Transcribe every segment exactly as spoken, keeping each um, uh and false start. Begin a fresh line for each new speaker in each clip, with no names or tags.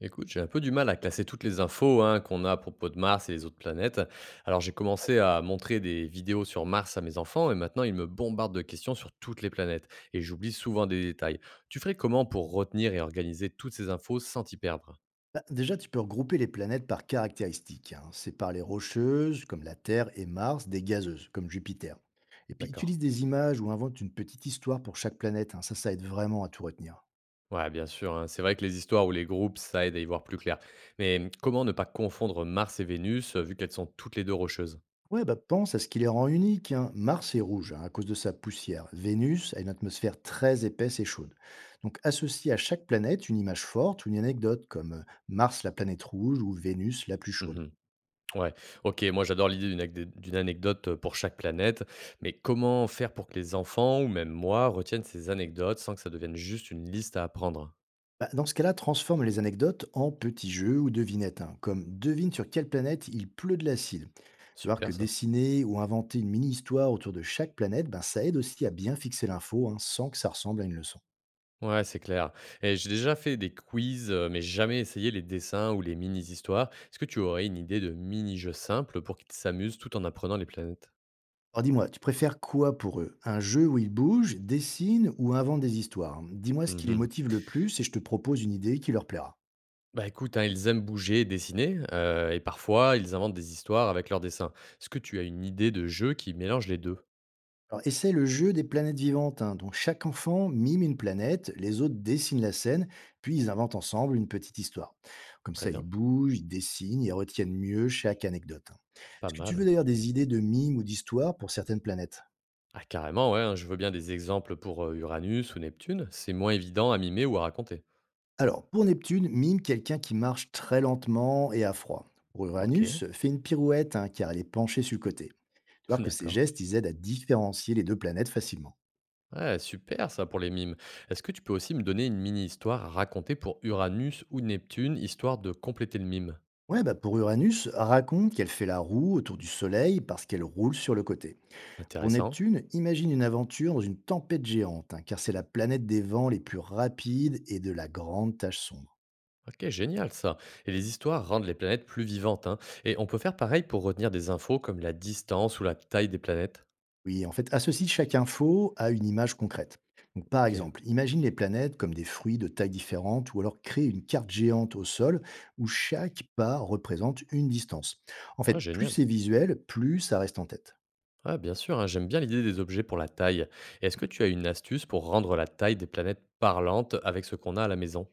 Écoute, j'ai un peu du mal à classer toutes les infos hein, qu'on a à propos de Mars et les autres planètes. Alors j'ai commencé à montrer des vidéos sur Mars à mes enfants et maintenant ils me bombardent de questions sur toutes les planètes et j'oublie souvent des détails. Tu ferais comment pour retenir et organiser toutes ces infos sans t'y perdre?
Bah, déjà, tu peux regrouper les planètes par caractéristiques, hein. Sépare les rocheuses, comme la Terre et Mars, des gazeuses, comme Jupiter. Et puis,
D'accord.
utilise des images ou invente une petite histoire pour chaque planète, hein. Ça, ça aide vraiment à tout retenir.
Ouais, bien sûr, hein. C'est vrai que les histoires ou les groupes, ça aide à y voir plus clair. Mais comment ne pas confondre Mars et Vénus, euh, vu qu'elles sont toutes les deux rocheuses?
Ouais, bah pense à ce qui les rend uniques, hein. Mars est rouge, hein, à cause de sa poussière. Vénus a une atmosphère très épaisse et chaude. Donc associe à chaque planète une image forte ou une anecdote comme euh, Mars la planète rouge ou Vénus la plus chaude.
Mhm. Ouais, OK, moi j'adore l'idée d'une acd d'une anecdote, euh, pour chaque planète, mais comment faire pour que les enfants ou même moi retiennent ces anecdotes sans que ça devienne juste une liste à apprendre?
Bah, dans ce cas-là, transforme les anecdotes en petits jeux ou devinettes, hein, comme devine sur quelle planète il pleut de l'acide. Tu vois
Super
que
ça.
dessiner ou inventer une mini-histoire autour de chaque planète, ben, ça aide aussi à bien fixer l'info, hein, sans que ça ressemble à une leçon.
Ouais, c'est clair, et j'ai déjà fait des quiz, heu, mais jamais essayé les dessins ou les mini-histoires. Est-ce que tu aurais une idée de mini-jeu simple pour qu'ils s'amusent tout en apprenant les planètes?
Alors dis-moi, tu préfères quoi pour eux? Un jeu où ils bougent, dessinent ou inventent des histoires, hein? Dis-moi ce qui les
Mmh.
motive le plus et je te propose une idée qui leur plaira.
Bah, écoute, hein, ils aiment bouger et dessiner, heu et parfois ils inventent des histoires avec leurs dessins. Est-ce que tu as une idée de jeu qui mélange les deux?
Alors, et c'est le jeu des planètes vivantes, hein. Donc, chaque enfant mime une planète, les autres dessinent la scène, puis ils inventent ensemble une petite histoire. Comme
Très
ça, ils
bien,
bougent, ils dessinent, ils retiennent mieux chaque anecdote, hein.
pas
Est-ce que tu veux
mal.
d'ailleurs des idées de mime ou d'histoire pour certaines planètes?
Ah carrément, ouais, hein, je veux bien des exemples pour euh, Uranus ou Neptune. C'est moins évident à mimer ou à raconter.
Alors, pour Neptune, mime quelqu'un qui marche très lentement et à froid. Pour
Ok.
Uranus, fait une pirouette, hein, car elle est penchée sur le côté. Tu vois que ces
D'accord.
gestes, ils aident à différencier les deux planètes facilement.
Ouais, super ça pour les mimes. Est-ce que tu peux aussi me donner une mini-histoire à raconter pour Uranus ou Neptune, histoire de compléter le mime?
Ouais, bah pour Uranus, raconte qu'elle fait la roue autour du Soleil parce qu'elle roule sur le côté. Pour
Intéressant.
Neptune, imagine une aventure dans une tempête géante, hein, car c'est la planète des vents les plus rapides et de la grande tache sombre.
Ok, génial ça. Et les histoires rendent les planètes plus vivantes, hein. Et on peut faire pareil pour retenir des infos comme la distance ou la taille des planètes.
Oui, en fait, associe chaque info à une image concrète. Donc, par
Ok,
exemple, imagine les planètes comme des fruits de tailles différentes, ou alors crée une carte géante au sol où chaque pas représente une distance. En fait,
ouais,
plus
génial.
c'est visuel, plus ça reste en tête.
Ouais, bien sûr, hein, j'aime bien l'idée des objets pour la taille. Et est-ce que tu as une astuce pour rendre la taille des planètes parlantes avec ce qu'on a à la maison?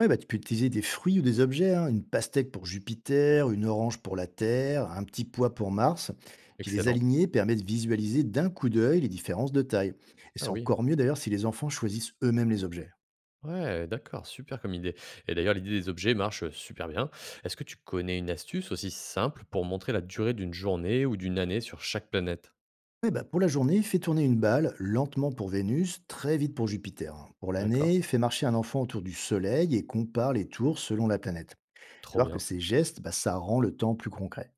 Ouais, bah, tu peux utiliser des fruits ou des objets, hein, une pastèque pour Jupiter, une orange pour la Terre, un petit pois pour Mars. Puis les
Excellent.
aligner permet de visualiser d'un coup d'œil les différences de taille. Et c'est
Ah oui.
encore mieux d'ailleurs si les enfants choisissent eux-mêmes les objets.
Ouais, d'accord, super comme idée. Et d'ailleurs, l'idée des objets marche euh, super bien. Est-ce que tu connais une astuce aussi simple pour montrer la durée d'une journée ou d'une année sur chaque planète?
Ouais, bah, pour la journée, fais tourner une balle lentement pour Vénus, très vite pour Jupiter, hein. Pour
D'accord,
l'année, fais marcher un enfant autour du Soleil et compare les tours selon la planète. Tu
trop
vas voir que
bien.
ces gestes, bah, ça rend le temps plus concret.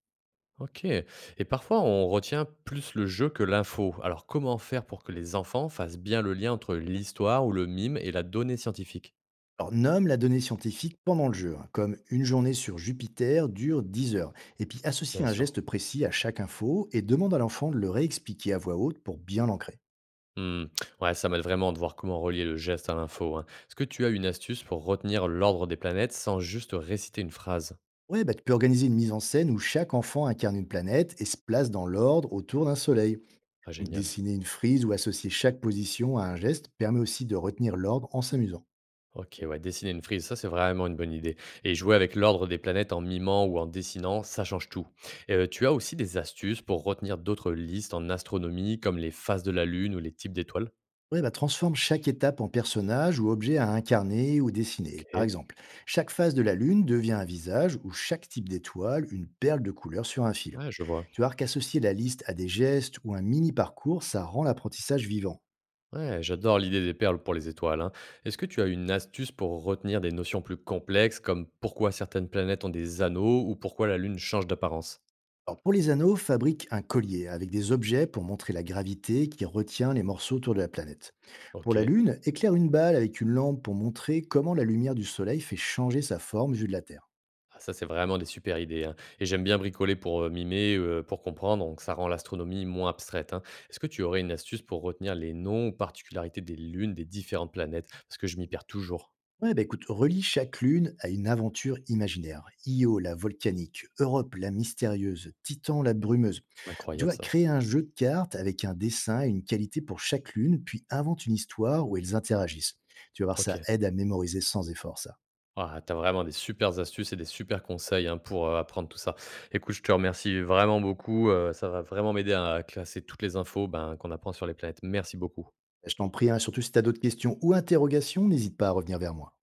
Ok. Et parfois, on retient plus le jeu que l'info. Alors, comment faire pour que les enfants fassent bien le lien entre l'histoire ou le mime et la donnée scientifique?
Alors, nomme la donnée scientifique pendant le jeu, hein, comme une journée sur Jupiter dure dix heures. Et puis associe
Bien
un
sûr.
geste précis à chaque info et demande à l'enfant de le réexpliquer à voix haute pour bien l'ancrer.
Mmh. Ouais, ça m'aide vraiment de voir comment relier le geste à l'info, hein. Est-ce que tu as une astuce pour retenir l'ordre des planètes sans juste réciter une phrase?
Ouais, bah, tu peux organiser une mise en scène où chaque enfant incarne une planète et se place dans l'ordre autour d'un soleil.
Ah,
Donc,
génial.
dessiner une frise ou associer chaque position à un geste permet aussi de retenir l'ordre en s'amusant.
Ok, ouais, dessiner une frise, ça c'est vraiment une bonne idée. Et jouer avec l'ordre des planètes en mimant ou en dessinant, ça change tout. Euh, tu as aussi des astuces pour retenir d'autres listes en astronomie, comme les phases de la Lune ou les types d'étoiles?
Ouais, bah, transforme chaque étape en personnage ou objet à incarner ou dessiner. Par
Ok,
exemple, chaque phase de la lune devient un visage ou chaque type d'étoile une perle de couleur sur un fil.
ouais, je vois.
Tu vois qu'associer la liste à des gestes ou un mini-parcours, ça rend l'apprentissage vivant.
Ouais, j'adore l'idée des perles pour les étoiles, hein. Est-ce que tu as une astuce pour retenir des notions plus complexes comme pourquoi certaines planètes ont des anneaux ou pourquoi la Lune change d'apparence?
Alors, pour les anneaux, fabrique un collier avec des objets pour montrer la gravité qui retient les morceaux autour de la planète. Pour
Ok.
la Lune, éclaire une balle avec une lampe pour montrer comment la lumière du Soleil fait changer sa forme vue de la Terre.
Ah, ça c'est vraiment des super idées, hein. Et j'aime bien bricoler pour euh, mimer, euh, pour comprendre, donc ça rend l'astronomie moins abstraite, hein. Est-ce que tu aurais une astuce pour retenir les noms ou particularités des lunes des différentes planètes? Parce que je m'y perds toujours.
Ouais, bah écoute, relie chaque lune à une aventure imaginaire. Io, la volcanique, Europe, la mystérieuse, Titan, la brumeuse. Tu
Incroyable
vois,
ça.
créer un jeu de cartes avec un dessin et une qualité pour chaque lune, puis invente une histoire où elles interagissent. Tu vas voir, ça
Ok.
aide à mémoriser sans effort, ça.
Ah, tu vraiment des super astuces et des super conseils, hein, pour, heu, apprendre tout ça. Écoute, je te remercie vraiment beaucoup, heu, ça va vraiment m'aider à classer toutes les infos, ben, qu'on apprend sur les planètes. Merci beaucoup.
Je t'en prie, hein, surtout si tu as d'autres questions ou interrogations, n'hésite pas à revenir vers moi.